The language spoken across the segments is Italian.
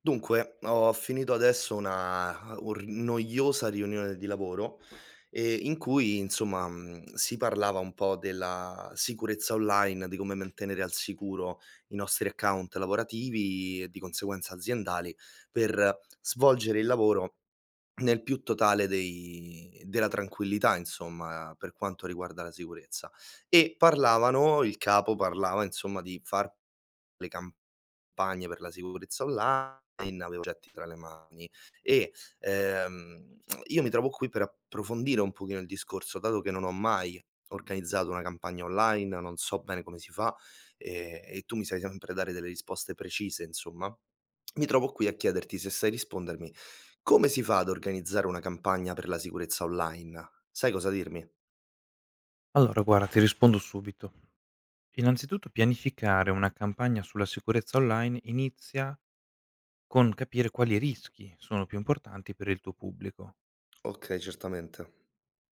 Dunque, ho finito adesso una u r noiosa riunione di lavoro, in cui insomma, mhmm, si parlava un po' della sicurezza online, di come mantenere al sicuro i nostri account lavorativi e di conseguenza aziendali, per svolgere il lavoro nel più totale dei della tranquillità insomma, per quanto riguarda la sicurezza. E parlavano il capo parlava insomma di far le campagne per la sicurezza online, avevo oggetti tra le mani e, ehm, io mi trovo qui per approfondire un pochino il discorso, dato che non ho mai organizzato una campagna online, non so bene come si fa, e tu mi sai sempre dare delle risposte precise insomma, mi trovo qui a chiederti se sai rispondermi: come si fa ad organizzare una campagna per la sicurezza online? Sai cosa dirmi? Allora guarda, ti rispondo subito. Innanzitutto, pianificare una campagna sulla sicurezza online inizia con capire quali rischi sono più importanti per il tuo pubblico. Okay, certamente.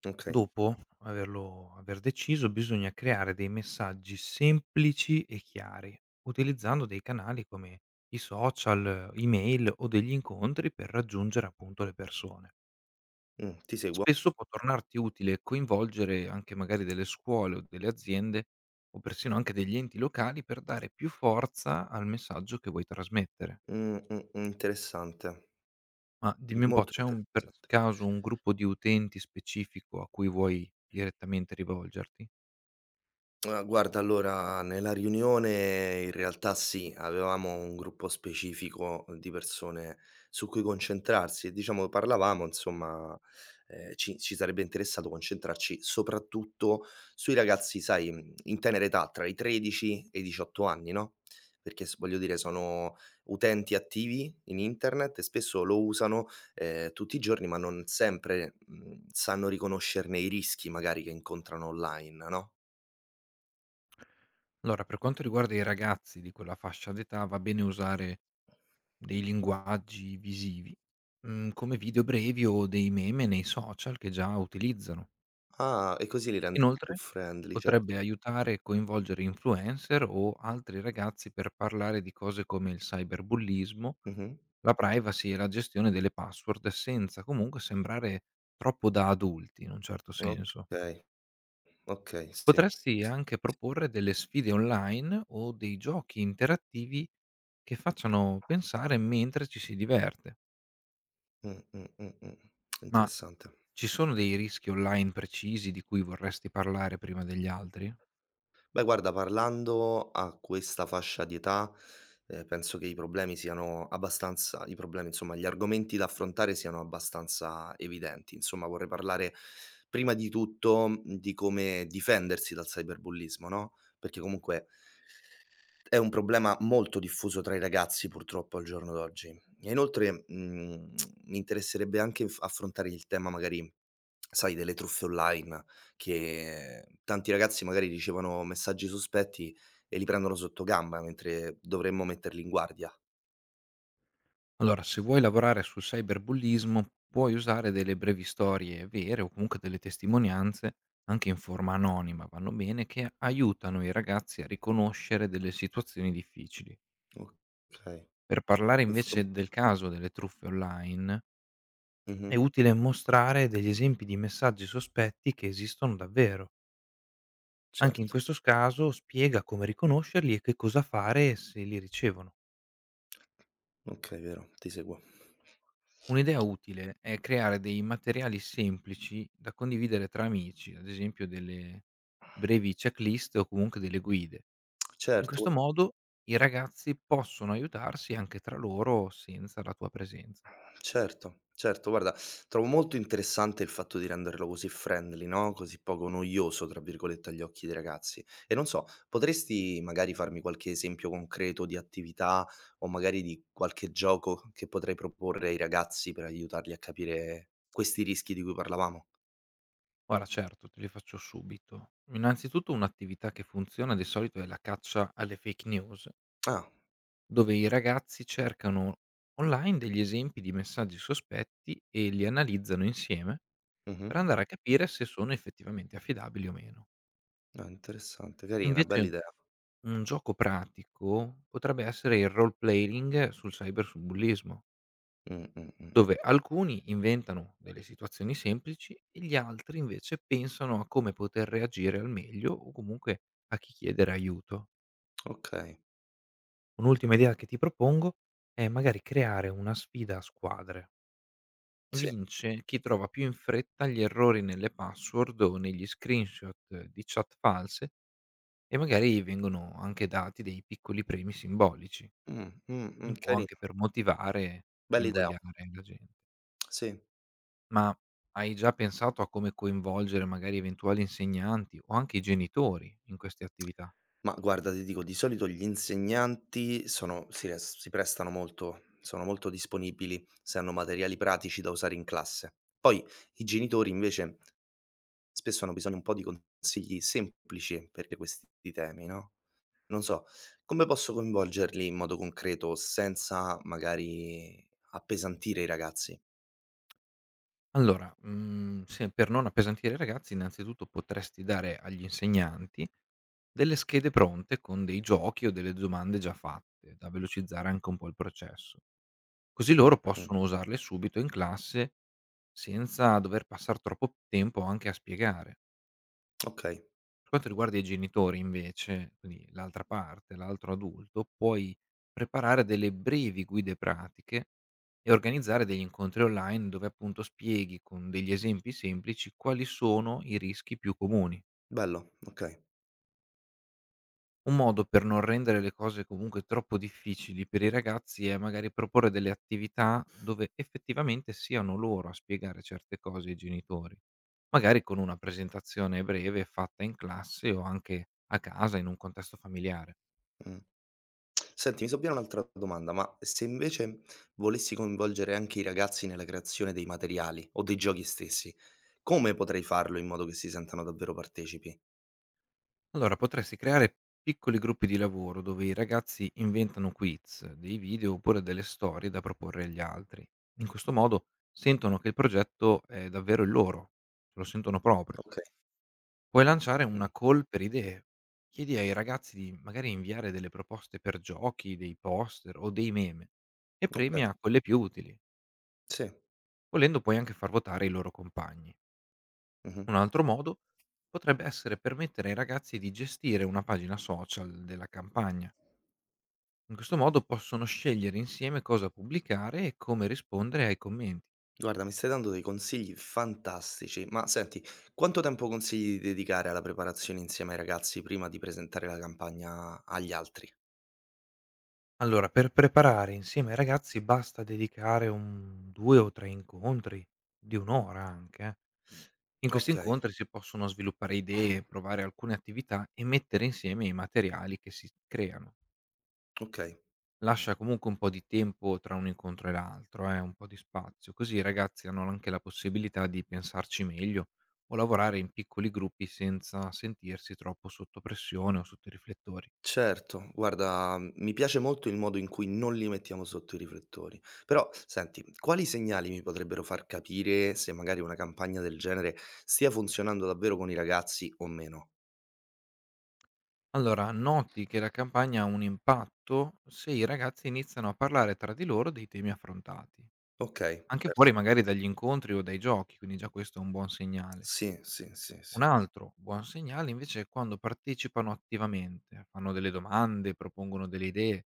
Okay. Dopo aver deciso, bisogna creare dei messaggi semplici e chiari, utilizzando dei canali come i social, email o degli incontri per raggiungere appunto le persone. Ti seguo. Spesso può tornarti utile coinvolgere anche magari delle scuole o delle aziende o persino anche degli enti locali per dare più forza al messaggio che vuoi trasmettere. Interessante. Ma dimmi un po', Molto c'è un per interessante. caso un gruppo di utenti specifico a cui vuoi direttamente rivolgerti? Ah, guarda, allora nella riunione in realtà sì, avevamo un gruppo specifico di persone su cui concentrarsi e diciamo parlavamo, insomma, ci sarebbe interessato concentrarci soprattutto sui ragazzi, sai, mhmm, in tenera età, tra i 13 e i 18 anni, no, perché s voglio dire sono utenti attivi in internet e spesso lo usano, tutti i giorni, ma non sempre, mhmm, sanno riconoscerne i rischi magari che incontrano online, no? Allora, per quanto riguarda i ragazzi di quella fascia d'età, va bene usare dei linguaggi visivi, come video brevi o dei meme nei social che già utilizzano. Ah, e così li rendi più Inoltre, friendly, certo. potrebbe aiutare e coinvolgere influencer o altri ragazzi per parlare di cose come il cyberbullismo, Mh-mh. la privacy e la gestione delle password senza comunque sembrare troppo da adulti, in un certo senso. Okay, okay, sì. Potresti anche proporre delle sfide online o dei giochi interattivi che facciano pensare mentre ci si diverte. Mh, mh, mh, mh. Ma Interessante. ci sono dei rischi online precisi di cui vorresti parlare prima degli altri? Beh, guarda, parlando a questa fascia di età, penso che i problemi, insomma, gli argomenti da affrontare siano abbastanza evidenti. Insomma, vorrei parlare prima di tutto, mhmm, di come difendersi dal cyberbullismo, no, perché comunque è un problema molto diffuso tra i ragazzi purtroppo al giorno d'oggi. E inoltre, mhmm, mi interesserebbe anche f affrontare il tema magari, sai, delle truffe online che tanti ragazzi magari ricevono messaggi sospetti e li prendono sottogamba, mentre dovremmo metterli in guardia. Allora, se vuoi lavorare sul cyberbullismo, puoi usare delle brevi storie vere o comunque delle testimonianze, anche in forma anonima, vanno bene, che aiutano i ragazzi a riconoscere delle situazioni difficili. Okay. Per parlare Inform invece del caso delle truffe online, è mh-mh. utile mostrare degli esempi di messaggi sospetti che esistono davvero. Anche in Certo. questo caso spiega come riconoscerli e che cosa fare se li ricevono. Okay, vero, ti seguo. Un'idea utile è creare dei materiali semplici da condividere tra amici, ad esempio delle brevi checklist o comunque delle guide. In questo Certo. modo i ragazzi possono aiutarsi anche tra loro senza la tua presenza. Certo, certo, guarda, trovo molto interessante il fatto di renderlo così friendly, no, così poco "noioso" tra virgolette agli occhi dei ragazzi. E non so, potresti magari farmi qualche esempio concreto di attività o magari di qualche gioco che potrei proporre ai ragazzi per aiutarli a capire questi rischi di cui parlavamo? Guarda, certo, te li faccio subito. Innanzitutto, un'attività che funziona di solito è la caccia alle fake news, Ah, dove i ragazzi cercano online degli esempi di messaggi sospetti e li analizzano insieme mh-mh. per andare a capire se sono effettivamente affidabili o meno. Ah, interessante, carina, bella Invece, idea. un gioco pratico potrebbe essere il role playing sul cyberbullismo, Mh, mh, mh. dove alcuni inventano delle situazioni semplici e gli altri invece pensano a come poter reagire al meglio o comunque a chi chiedere aiuto. Okay. Un'ultima idea che ti propongo è magari creare una sfida a squadre. Sì. Vince chi trova più in fretta gli errori nelle password o negli screenshot di chat false, e magari vengono anche dati dei piccoli premi simbolici. Un po' anche Carina, per motivare e bella idea. invogliare la gente. Sì. Ma hai già pensato a come coinvolgere magari eventuali insegnanti o anche i genitori in queste attività? Ma guarda, ti dico, di solito gli insegnanti sono si res si prestano molto sono molto disponibili se hanno materiali pratici da usare in classe. Poi i genitori invece spesso hanno bisogno un po' di consigli semplici per questi temi, no, non so, come posso coinvolgerli in modo concreto senza magari appesantire i ragazzi? Allora, se per non appesantire i ragazzi, innanzitutto potresti dare agli insegnanti delle schede pronte con dei giochi o delle domande già fatte, da velocizzare anche un po' il processo. Così Mh, loro mh, possono usarle subito in classe senza dover passar troppo tempo anche a spiegare. okay, Per quanto riguarda i genitori invece, quindi l'altra parte, l'altro adulto, puoi preparare delle brevi guide pratiche e organizzare degli incontri online dove appunto spieghi, con degli esempi semplici, quali sono i rischi più comuni. bello, okay, Un modo per non rendere le cose comunque troppo difficili per i ragazzi è magari proporre delle attività dove effettivamente siano loro a spiegare certe cose ai genitori, magari con una presentazione breve fatta in classe o anche a casa, in un contesto familiare. mh. Senti, mi sovviene un'altra domanda, ma se invece volessi coinvolgere anche i ragazzi nella creazione dei materiali o dei giochi stessi, come potrei farlo in modo che si sentano davvero partecipi? Allora, potresti creare piccoli gruppi di lavoro dove i ragazzi inventano quiz, dei video oppure delle storie da proporre agli altri. In questo modo sentono che il progetto è davvero il loro, lo sentono proprio. Okay, Puoi lanciare una mh, call per idee. Chiedi ai ragazzi di magari inviare delle proposte per giochi, dei poster o dei meme, e okay, premia quelle più utili. sì, Volendo, puoi anche far votare i loro compagni. mh-mh. Un altro modo potrebbe essere permettere ai ragazzi di gestire una pagina social della campagna. In questo modo possono scegliere insieme cosa pubblicare e come rispondere ai commenti. Guarda, mi stai dando dei consigli fantastici, ma senti, quanto tempo consigli di dedicare alla preparazione insieme ai ragazzi prima di presentare la campagna agli altri? Allora, per preparare insieme ai ragazzi basta dedicare un, due o tre incontri, di un'ora anche. In questi Okay, incontri si possono sviluppare idee, provare alcune attività e mettere insieme i materiali che si creano. okay. Lascia comunque un po' di tempo tra un incontro e l'altro, un po' di spazio, così i ragazzi hanno anche la possibilità di pensarci meglio o lavorare in piccoli gruppi senza sentirsi troppo sotto pressione o sotto i riflettori. Certo, guarda, mhmm, mi piace molto il modo in cui non li mettiamo sotto i riflettori. Però, senti, quali segnali mi potrebbero far capire se magari una campagna del genere stia funzionando davvero con i ragazzi o meno? Allora, noti che la campagna ha un impatto se i ragazzi iniziano a parlare tra di loro dei temi affrontati, Ok, anche certo. fuori magari dagli incontri o dai giochi, quindi già questo è un buon segnale. Sì, sì, sì, Un sì. altro buon segnale invece è quando partecipano attivamente, fanno delle domande, propongono delle idee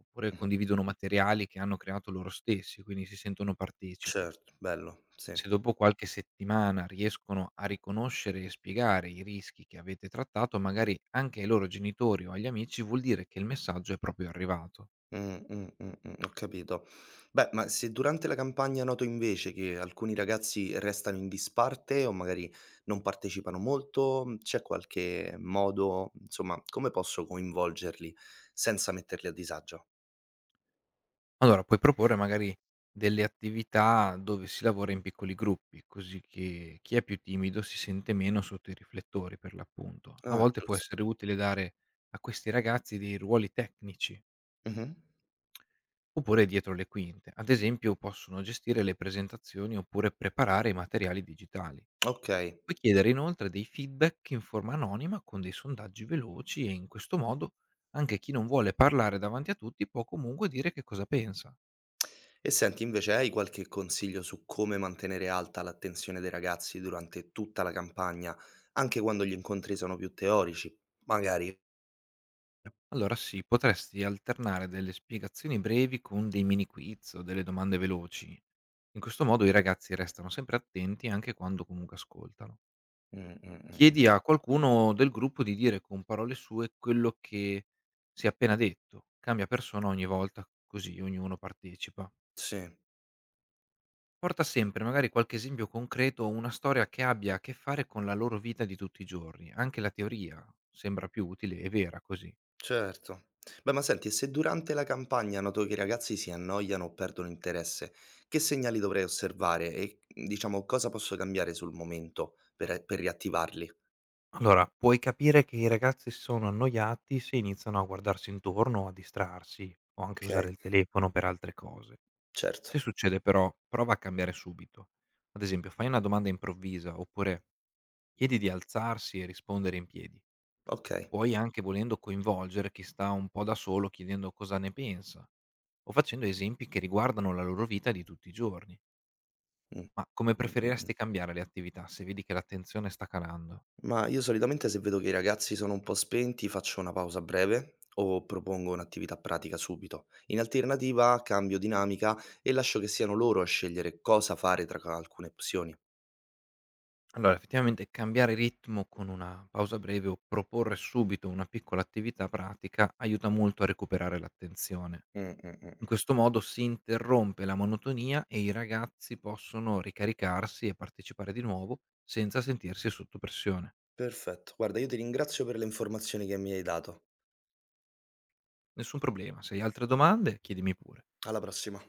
oppure Mhm. condividono materiali che hanno creato loro stessi, quindi si sentono partecipi. Certo, bello, sì. Se dopo qualche settimana riescono a riconoscere e spiegare i rischi che avete trattato, magari anche ai loro genitori o agli amici, vuol dire che il messaggio è proprio arrivato. Ho capito. Beh, ma se durante la campagna noto invece che alcuni ragazzi restano in disparte o magari non partecipano molto, mhmm, c'è qualche modo insomma, come posso coinvolgerli senza metterli a disagio? Allora, puoi proporre magari delle attività dove si lavora in piccoli gruppi, così che chi è più timido si sente meno sotto i riflettori, per l'appunto. A Ah, volte può giusto. essere utile dare a questi ragazzi dei ruoli tecnici Mh-mh. oppure dietro le quinte. Ad esempio, possono gestire le presentazioni oppure preparare i materiali digitali. Okay. Puoi chiedere inoltre dei feedback in forma anonima, con dei sondaggi veloci, e in questo modo anche chi non vuole parlare davanti a tutti può comunque dire che cosa pensa. E senti, invece hai qualche consiglio su come mantenere alta l'attenzione dei ragazzi durante tutta la campagna, anche quando gli incontri sono più teorici, magari? Allora sì, potresti alternare delle spiegazioni brevi con dei mini quiz o delle domande veloci. In questo modo i ragazzi restano sempre attenti, anche quando comunque ascoltano. Mh, mh, mh, mh. Chiedi a qualcuno del gruppo di dire con parole sue quello che si è appena detto. Cambia persona ogni volta, così ognuno partecipa. Sì. Porta sempre magari qualche esempio concreto o una storia che abbia a che fare con la loro vita di tutti i giorni. Anche la teoria sembra più utile e vera così. Certo. Beh, ma senti, e se durante la campagna noto che i ragazzi si annoiano o perdono interesse, che segnali dovrei osservare e diciamo cosa posso cambiare sul momento per riattivarli? Allora, puoi capire che i ragazzi sono annoiati se iniziano a guardarsi intorno, a distrarsi o anche usare il Ok. telefono per altre cose. Certo, Se succede però, prova a cambiare subito. Ad esempio, fai una domanda improvvisa, oppure chiedi di alzarsi e rispondere in piedi. ok. Puoi anche, volendo, coinvolgere chi sta un po' da solo chiedendo cosa ne pensa o facendo esempi che riguardano la loro vita di tutti i giorni. Mm, Ma come mm, mm, preferiresti mm. cambiare le attività se vedi che l'attenzione sta calando? Ma io solitamente se vedo che i ragazzi sono un po' spenti faccio una pausa breve o propongo un'attività pratica subito. In alternativa cambio dinamica e lascio che siano loro a scegliere cosa fare tra alcune opzioni. Allora, effettivamente cambiare ritmo con una pausa breve o proporre subito una piccola attività pratica aiuta molto a recuperare l'attenzione. Mm, mm, In mm. questo modo si interrompe la monotonia e i ragazzi possono ricaricarsi e partecipare di nuovo senza sentirsi sotto pressione. Perfetto, guarda io ti ringrazio per le informazioni che mi hai dato. Nessun problema, se hai altre domande chiedimi pure. Alla prossima.